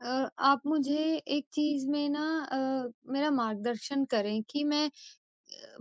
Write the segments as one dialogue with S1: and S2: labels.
S1: अ, आप मुझे एक चीज़ में ना अ, मेरा मार्गदर्शन करें कि मैं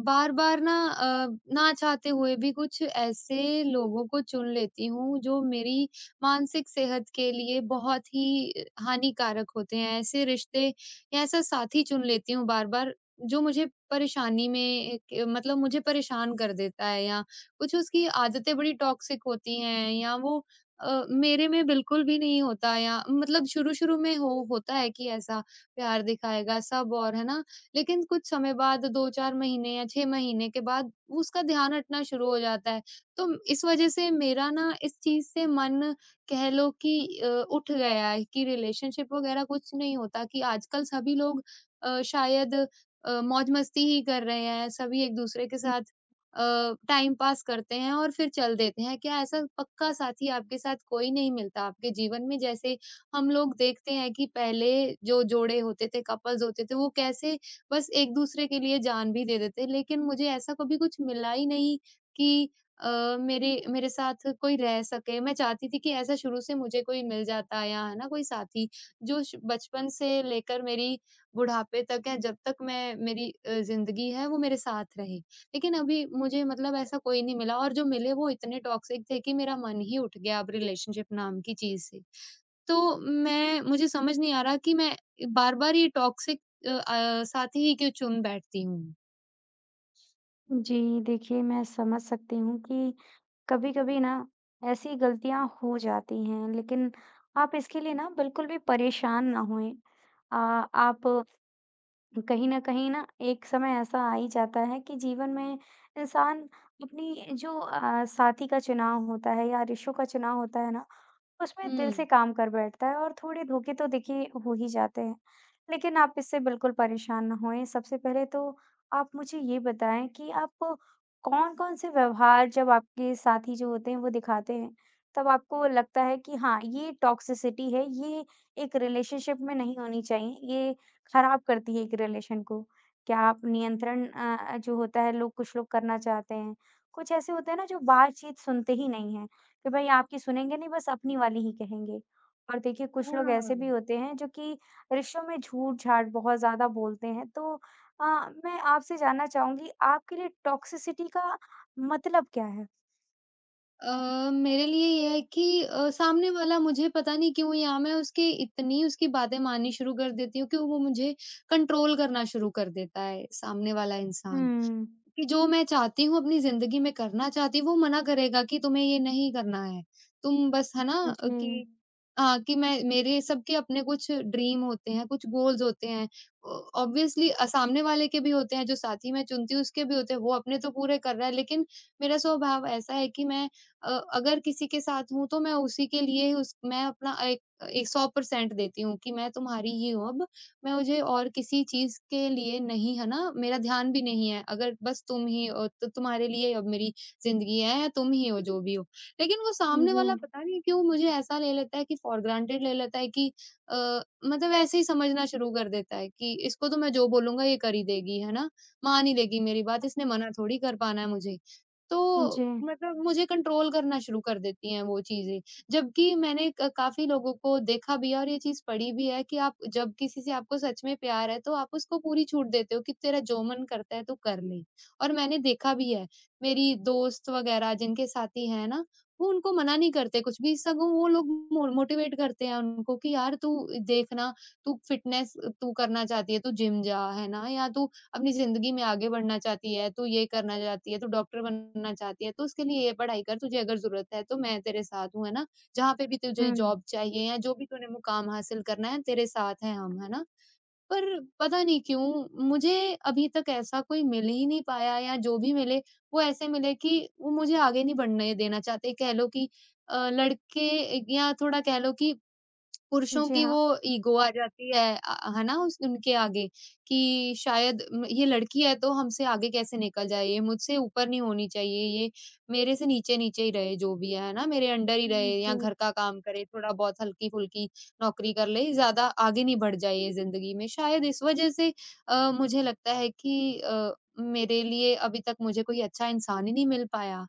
S1: बार-बार ना ना चाहते हुए भी कुछ ऐसे लोगों को चुन लेती हूँ जो मेरी मानसिक सेहत के लिए बहुत ही हानिकारक होते हैं। ऐसे रिश्ते या ऐसा साथी चुन लेती हूँ बार-बार जो मुझे परेशानी में एक मतलब मुझे परेशान कर देता है, या कुछ उसकी आदतें बड़ी टॉक्सिक होती हैं, या वो मेरे में बिल्कुल भी नहीं होता, या मतलब शुरू-शुरू में हो होता है कि ऐसा प्यार दिखाएगा सब और, है ना। लेकिन कुछ समय बाद 2-4 महीने या 6 महीने के बाद उसका ध्यान हटना शुरू हो जाता है। तो इस वज़ह से मेरा ना इस चीज़ से मन कह लो कि उठ गया है कि रिलेशनशिप वग़ैरह कुछ नहीं होता, कि आजकल सभी लोग शायद मौज-मस्ती ही कर रहे हैं, सभी एक-दूसरे के साथ अ, टाइम पास करते हैं और फिर चल देते हैं। क्या ऐसा पक्का साथी आपके साथ कोई नहीं मिलता आपके जीवन में? जैसे हम लोग देखते हैं कि पहले जो जोड़े होते थे, कपल्स होते थे, वो कैसे बस एक-दूसरे के लिए जान भी दे देते हैं। लेकिन मुझे ऐसा कभी कुछ मिला ही नहीं कि मेरे मेरे साथ कोई रह सके। मैं चाहती थी कि ऐसा शुरू से मुझे कोई मिल जाता, या है ना, कोई साथी जो श बचपन से लेकर मेरी बुढ़ापे तक, या जब तक मैं मेरी ज़िंदगी है, वो मेरे साथ रहे। लेकिन अभी मुझे मतलब ऐसा कोई नहीं मिला, और जो मिले वो इतने टॉक्सिक थे कि मेरा मन ही उठ गया अब रिलेशनशिप नाम की चीज़ से। तो मैं मुझे समझ नहीं आ रहा कि मैं बार-बार ये टॉक्सिक साथी ही क्यों चुन बैठती हूँ।
S2: जी, देखिए मैं समझ सकती हूँ कि कभी-कभी ना ऐसी गलतियाँ हो जाती हैं, लेकिन आप इसके लिए ना बिल्कुल भी परेशान ना होएँ। आप कहीं न कहीं ना एक समय ऐसा आ ही जाता है कि जीवन में इंसान अपनी जो साथी का चुनाव होता है या रिश्तों का चुनाव होता है ना, उसमें दिल
S1: हुँ।
S2: से काम कर बैठता है और थोड़े धोखे तो देखिए हो ही जाते हैं। लेकिन आप इससे बिल्कुल परेशान ना होएँ। सबसे पहले तो आप मुझे ये बताएँ कि आप कौन-कौन से व्यवहार जब आपके साथी जो होते हैं वो दिखाते हैं, तब आपको लगता है कि हाँ, ये टॉक्सिसिटी है, ये एक रिलेशनशिप में नहीं होनी चाहिए, ये खराब करती है एक रिलेशन को। क्या आप नियंत्रण जो होता है लोग कुछ लोग करना चाहते हैं? कुछ ऐसे होते हैं ना जो बातचीत सुनते ही नहीं कि भई आपकी सुनेंगे नहीं, बस अपनी वाली ही कहेंगे। और देखिए, कुछ लोग
S1: हाँ।
S2: ऐसे भी होते हैं जो कि रिश्तों में झूठ-झाट बहुत ज़्यादा बोलते हैं। तो अ, मैं आपसे जानना चाहूँगी, आपके लिए टॉक्सिसिटी का मतलब क्या है?
S1: मेरे लिए ये है कि सामने वाला मुझे पता नहीं क्यों, या मैं उसकी इतनी उसकी बातें माननी शुरू कर देती हूँ कि वो मुझे कंट्रोल करना शुरू कर देता है, सामने वाला इंसान।
S2: हुँ।
S1: कि जो मैं चाहती हूँ अपनी ज़िंदगी में करना चाहती हूँ, वो मना करेगा कि तुम्हें ये नहीं करना है। तुम बस है ना
S2: जी।
S1: कि हाँ, कि मैं मेरे सबके अपने कुछ ड्रीम होते हैं, कुछ गोल्स होते हैं। ओ ऑब्वियसली सामने वाले के भी होते हैं, जो साथी मैं चुनती हूँ उसके भी होते हैं, वो अपने तो पूरे कर रहा है, लेकिन मेरा स्वभाव ऐसा है कि मैं अगर किसी के साथ हूँ, तो मैं उसी के लिए ही उस मैं अपना एक एक 100% देती हूँ कि मैं तुम्हारी ही हूँ अब। मैं मुझे और किसी चीज़ के लिए नहीं है ना, मेरा ध्यान भी नहीं है, अगर बस तुम ही हो तो तुम्हारे लिए ही अब मेरी ज़िंदगी है, या तुम ही हो जो भी हो। लेकिन वो सामने
S2: जी।
S1: वाला पता नहीं क्यों मुझे ऐसा ले लेता है, कि फॉर ग्रांटेड ले लेता है, कि मतलब ऐसे ही समझना शुरू कर देता है कि इसको तो मैं जो बोलूँगा ये कर ही देगी, है ना? मान ही लेगी मेरी बात, इसने मना थोड़ी कर पाना है मुझे। तो
S2: जी।
S1: मतलब मुझे कंट्रोल करना शुरू कर देती हैं वो चीज़ें। जबकि मैंने क काफ़ी लोगों को देखा भी है, और ये चीज़ पढ़ी भी है कि आप जब किसी से आपको सच में प्यार है, तो आप उसको पूरी छूट देते हो कि तेरा जो मन करता है तू कर ले। और मैंने देखा भी है, मेरी दोस्त वग़ैरह जिनके साथी हैं ना, वो उनको मना नहीं करते कुछ भी, सगों वो लोग मो मोटिवेट करते हैं उनको कि यार तू देखना, तू फ़िटनेस तू करना चाहती है, तू जिम जा, है ना? या तू अपनी ज़िंदगी में आगे बढ़ना चाहती है, तू ये करना चाहती है, तू डॉक्टर बनना चाहती है, तो उसके लिए ये पढ़ाई कर, तुझे अगर ज़रूरत है तो मैं तेरे साथ हूँ, है ना? जहाँ पे भी तुझे
S2: हुँ।
S1: जॉब चाहिए, या जो भी तूने मुकाम हासिल करना है, तेरे साथ हैं हम, है ना? पर पता नहीं क्यों मुझे अभी तक ऐसा कोई मिल ही नहीं पाया, या जो भी मिले वो ऐसे मिले कि वो मुझे आगे नहीं बढ़ने देना चाहते। कह लो कि लड़के, या थोड़ा कह लो कि पुरुषों
S2: जी,
S1: की वो
S2: हाँ।
S1: ईगो आ जाती है, है ना, उस उनके आगे कि शायद म ये लड़की है तो हमसे आगे कैसे निकल जाए, ये मुझसे ऊपर नहीं होनी चाहिए, ये मेरे से नीचे-नीचे ही रहे जो भी है ना? मेरे अंडर ही रहे, या
S2: जी।
S1: घर का काम करे, थोड़ा-बहुत हल्की-फुल्की नौकरी कर ले, ज़्यादा आगे नहीं बढ़ जाए ये ज़िंदगी में। शायद इस वज़ह से मुझे लगता है कि मेरे लिए अभी तक मुझे कोई अच्छा इंसान ही नहीं मिल पाया।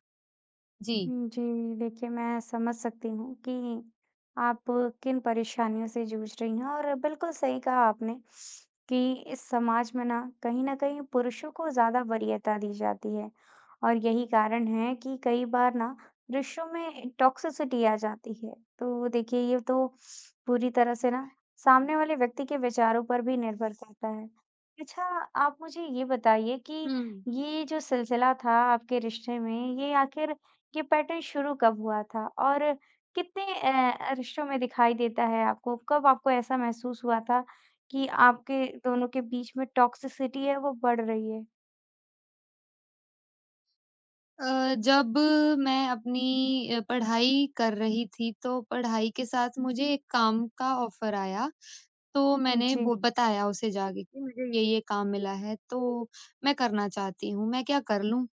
S1: जी।
S2: हुँ, जी। देखिए, मैं समझ सकती हूँ कि आप किन परेशानियों से जूझ रही हैं और बिल्कुल सही कहा आपने कि इस समाज में ना कहीं न कहीं पुरुषों को ज़्यादा वरीयता दी जाती है और यही कारण है कि कई बार ना रिश्तों में टॉक्सिसिटी आ जाती है। तो देखिए, ये तो पूरी तरह से ना सामने वाले व्यक्ति के विचारों पर भी निर्भर करता है। अच्छा, आप मुझे ये बताइए कि
S1: हुँ।
S2: ये जो सिलसिला था आपके रिश्ते में, ये आखिर ये पैटर्न शुरू कब हुआ था और कितने रिश्तों में दिखाई देता है आपको? कब आपको ऐसा महसूस हुआ था कि आपके दोनों के बीच में टॉक्सिसिटी है, वो बढ़ रही है?
S1: जब मैं अपनी पढ़ाई कर रही थी, तो पढ़ाई के साथ मुझे एक काम का ऑफ़र आया, तो मैंने
S2: जी।
S1: वो बताया उसे जाके कि मुझे ये-ये काम मिला है, तो मैं करना चाहती हूँ, मैं क्या कर लूँ?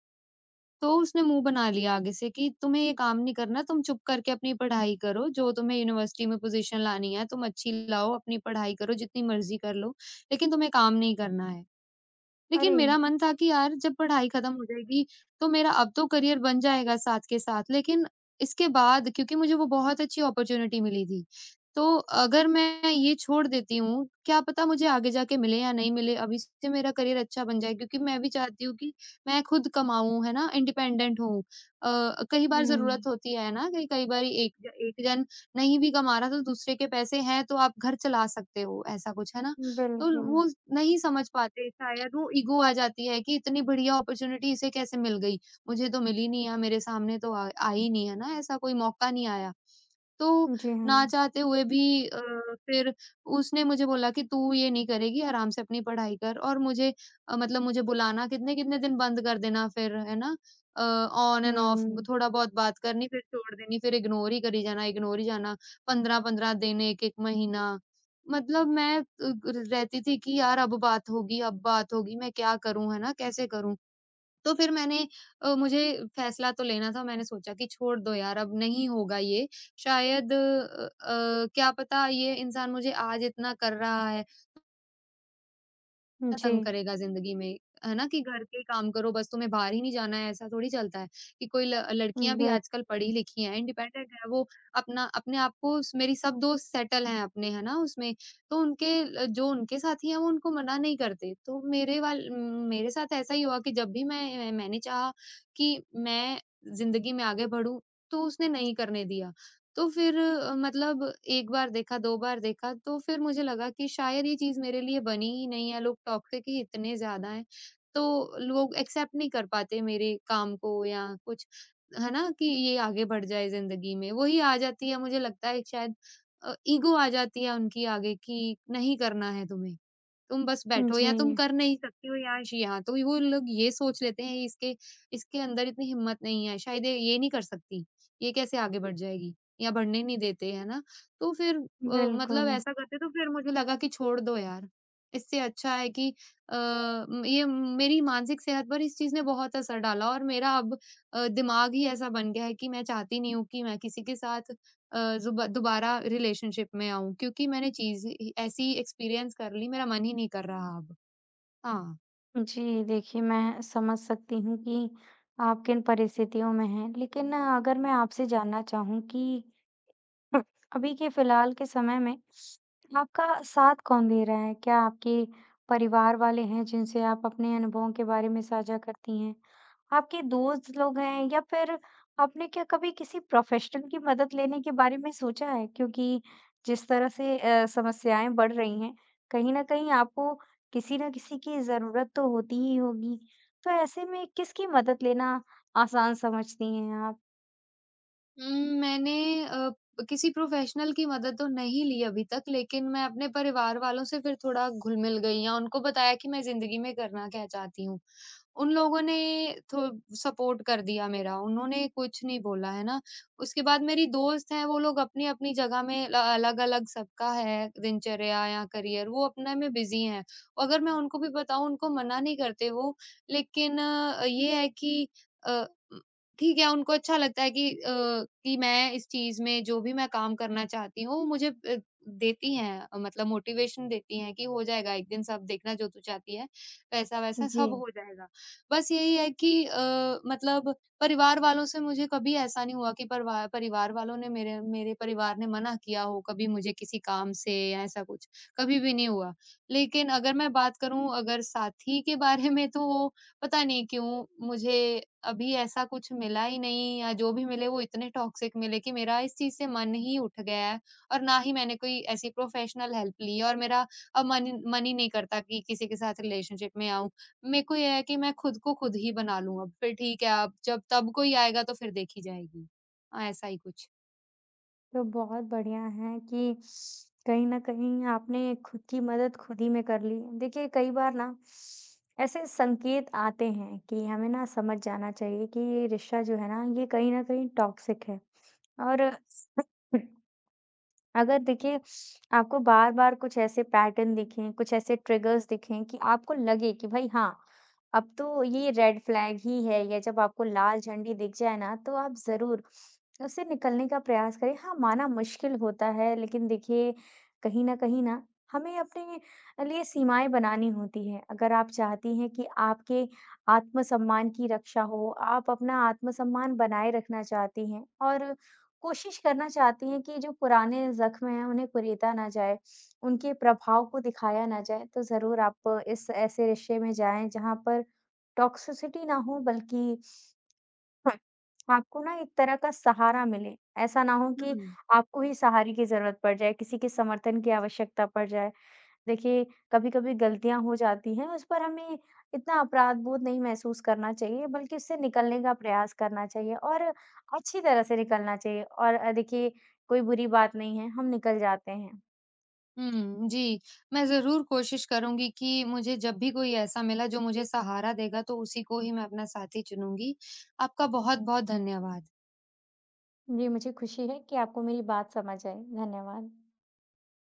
S1: तो उसने मुँह बना लिया आगे से कि तुम्हें ये काम नहीं करना, तुम चुप करके अपनी पढ़ाई करो, जो तुम्हें यूनिवर्सिटी में पोज़ीशन लानी है, तुम अच्छी लाओ, अपनी पढ़ाई करो, जितनी मर्ज़ी कर लो, लेकिन तुम्हें काम नहीं करना है। लेकिन
S2: अरे!
S1: मेरा मन था कि यार जब पढ़ाई खत्म हो जाएगी, तो मेरा अब तो करियर बन जाएगा साथ के साथ, लेकिन इसके बाद क्योंकि मुझे वो बहुत अच्छी अपॉर्च्युनिटी मिली थी, तो अगर मैं ये छोड़ देती हूँ, क्या पता मुझे आगे जाके मिले या नहीं मिले, अभी से मेरा करियर अच्छा बन जाए, क्योंकि मैं भी चाहती हूँ कि मैं खुद कमाऊँ, है ना? इंडिपेंडेंट हूँ। कई बार
S2: हुँ।
S1: ज़रूरत होती है ना कि कई बारी एक ज एक जन नहीं भी कमा रहा, तो दूसरे के पैसे हैं, तो आप घर चला सकते हो, ऐसा कुछ, है ना? तो
S2: बिल्कुल।
S1: वो नहीं समझ पाते, शायद वो ईगो आ जाती है कि इतनी बढ़िया अपॉर्च्युनिटी इसे कैसे मिल गई? मुझे तो मिली नहीं है, मेरे सामने तो आ आई नहीं है ना, ऐसा कोई मौका नहीं आया। तो
S2: जी हाँ।
S1: ना चाहते हुए भी अ, फिर उसने मुझे बोला कि तू ये नहीं करेगी, आराम से अपनी पढ़ाई कर, और मुझे मतलब मुझे बुलाना कितने-कितने दिन बंद कर देना फिर, है ना? ऑन एंड ऑफ
S2: हुँ।
S1: थोड़ा बहुत बात करनी, फिर छोड़ देनी, फिर इग्नोर ही करी जाना, इग्नोर ही जाना, 15-15 दिन, 1-1 महीना। मतलब मैं अ, ग रहती थी कि यार अब बात होगी, मैं क्या करूँ, है ना? कैसे करूँ? तो फिर मुझे फैसला तो लेना था, मैंने सोचा कि छोड़ दो यार अब नहीं होगा ये, शायद क्या पता ये इंसान मुझे आज इतना कर रहा है, ना
S2: जी।
S1: तंग करेगा ज़िंदगी में, है ना? कि घर के ही काम करो, बस तुम्हें बाहर ही नहीं जाना है, ऐसा थोड़ी चलता है कि कोई ल लड़कियाँ भी आजकल पढ़ी
S2: बिल्कुल।
S1: लिखी हैं, इंडिपेंडेंट हैं, वो अपना अपने आप को स मेरी सब दोस्त सेटल हैं अपने, है ना? उसमें तो उनके ल जो उनके साथी हैं वो उनको मना नहीं करते। तो मेरे साथ ऐसा ही हुआ कि जब भी मैंने चाहा कि मैं ज़िंदगी में आगे बढ़ूँ, तो उसने नहीं करने दिया। तो फिर मतलब एक बार देखा, 2 बार देखा, तो फिर मुझे लगा कि शायद ये चीज़ मेरे लिए बनी ही नहीं है, लोग टॉक्सिक ही इतने ज़्यादा हैं। तो लोग एक्सेप्ट नहीं कर पाते मेरे काम को या कुछ, है ना? कि ये आगे बढ़ जाए ज़िंदगी में। वही आ जाती है, मुझे लगता है शायद, ईगो आ जाती है उनकी आगे कि नहीं करना है तुम्हें, तुम बस बैठो, या तुम
S2: जी।
S1: कर नहीं सकती हो, या श यहाँ। तो वो लोग ये सोच लेते हैं इसके इसके अंदर इतनी हिम्मत नहीं है, शायद ये नहीं कर सकती, ये कैसे आगे बढ़ जाएगी? या बढ़ने नहीं देते, है ना? तो फिर मतलब
S2: बिल्कुल।
S1: ऐसा करते, तो फिर मुझे लगा कि छोड़ दो यार, इससे अच्छा है कि अ, म ये मेरी मानसिक सेहत पर इस चीज़ ने बहुत असर डाला, और मेरा अब दिमाग ही ऐसा बन गया है कि मैं चाहती नहीं हूँ कि मैं किसी के साथ अ, ज़ुबा दोबारा रिलेशनशिप में आऊँ, क्योंकि मैंने चीज़ ही ऐसी एक्सपीरियंस कर ली, मेरा मन ही नहीं कर रहा अब। हाँ।
S2: जी, देखिए मैं समझ सकती हूँ कि आप किन परिस्थितियों में हैं। लेकिन अगर मैं आपसे जानना चाहूँ कि अब अभी के फ़िलहाल के समय में आपका साथ कौन दे रहा है? क्या आपके परिवार वाले हैं जिनसे आप अपने अनुभवों के बारे में साझा करती हैं? आपके दोस्त लोग हैं या फिर आपने क्या कभी किसी प्रोफ़ेशनल की मदद लेने के बारे में सोचा है? क्योंकि जिस तरह से समस्याएँ बढ़ रही हैं, कहीं न कहीं आपको किसी न किसी की ज़रूरत तो होती ही होगी। तो ऐसे में किसकी मदद लेना आसान समझती हैं आप?
S1: उम, मैंने अ, किसी प्रोफ़ेशनल की मदद तो नहीं ली अभी तक, लेकिन मैं अपने परिवार वालों से फिर थोड़ा घुल-मिल गई, या उनको बताया कि मैं ज़िंदगी में करना क्या चाहती हूँ। उन लोगों ने थो सपोर्ट कर दिया मेरा, उन्होंने कुछ नहीं बोला, है ना? उसके बाद मेरी दोस्त हैं, वो लोग अपनी-अपनी जगह में ल अलग-अलग, सबका है दिनचर्या या करियर, वो अपने में बिज़ी हैं। अगर मैं उनको भी बताऊँ, उनको मना नहीं करते वो, लेकिन ये है कि अ, ठीक है, उनको अच्छा लगता है कि कि मैं इस चीज़ में जो भी मैं काम करना चाहती हूँ, मुझे देती हैं मतलब मोटिवेशन देती हैं कि हो जाएगा एक दिन सब, देखना जो तू चाहती है, वैसा-वैसा
S2: जी।
S1: सब हो जाएगा। बस यही है कि मतलब परिवार वालों से मुझे कभी ऐसा नहीं हुआ कि परवा परिवार वालों ने मेरे मेरे परिवार ने मना किया हो कभी मुझे किसी काम से या ऐसा कुछ, कभी भी नहीं हुआ। लेकिन अगर मैं बात करूँ अगर साथी के बारे में, तो वो पता नहीं क्यों मुझे अभी ऐसा कुछ मिला ही नहीं, या जो भी मिले वो इतने टॉक्सिक मिले कि मेरा इस चीज़ से मन ही उठ गया है, और ना ही मैंने कोई ऐसी प्रोफ़ेशनल हेल्प ली है, और मेरा अब मन मन ही नहीं करता कि किसी के साथ रिलेशनशिप में आऊँ। मेरे को ये है कि मैं खुद को खुद ही बना लूँ अब, फिर ठीक है अब जब तब कोई आएगा तो फिर देखी जाएगी। हाँ, ऐसा ही कुछ।
S2: तो बहुत बढ़िया है कि कहीं न कहीं आपने खुद की मदद खुद ही में कर ली। देखिए कई बार ना ऐसे संकेत आते हैं कि हमें ना समझ जाना चाहिए कि ये रिश्ता जो है ना ये कहीं न कहीं टॉक्सिक है और अगर देखिए आपको बार-बार कुछ ऐसे पैटर्न दिखें, कुछ ऐसे ट्रिगर्स दिखें कि आपको लगे कि भाई हाँ, अब तो ये रेड फ्लैग ही है या जब आपको लाल झंडी दिख जाए ना, तो आप ज़रूर उससे निकलने का प्रयास करें। हाँ, माना मुश्किल होता है लेकिन देखिए कहीं न कहीं ना हमें अपने लिए सीमाएँ बनानी होती हैं। अगर आप चाहती हैं कि आपके आत्मसम्मान की रक्षा हो, आप अपना आत्मसम्मान बनाए रखना चाहती हैं और कोशिश करना चाहती हैं कि जो पुराने ज़ख्म हैं, उन्हें कुरीदा ना जाए, उनके प्रभाव को दिखाया ना जाए। तो ज़रूर आप इस ऐसे रिश्ते में जाएँ, जहाँ पर टॉक्सिसिटी ना हो, बल्कि हाँ, आपको ना एक तरह का सहारा मिले। ऐसा ना हो कि
S1: हुँ।
S2: आपको ही सहारे की ज़रूरत पड़ जाए, किसी के समर्थन की आवश्यकता पड़ जाए। देखिए, कभी-कभी गलतियाँ हो जाती हैं, उस पर हमें इतना अपराध बोध नहीं महसूस करना चाहिए, बल्कि उससे निकलने का प्रयास करना चाहिए और अच्छी तरह से निकलना चाहिए और देखिए कोई बुरी बात नहीं है, हम निकल जाते हैं।
S1: हुँ, जी। मैं ज़रूर कोशिश करूँगी कि मुझे जब भी कोई ऐसा मिला जो मुझे सहारा देगा, तो उसी को ही मैं अपना साथी चुनूँगी। आपका बहुत-बहुत धन्यवाद।
S2: जी, मुझे खुशी है कि आपको मेरी बात समझ आई। धन्यवाद।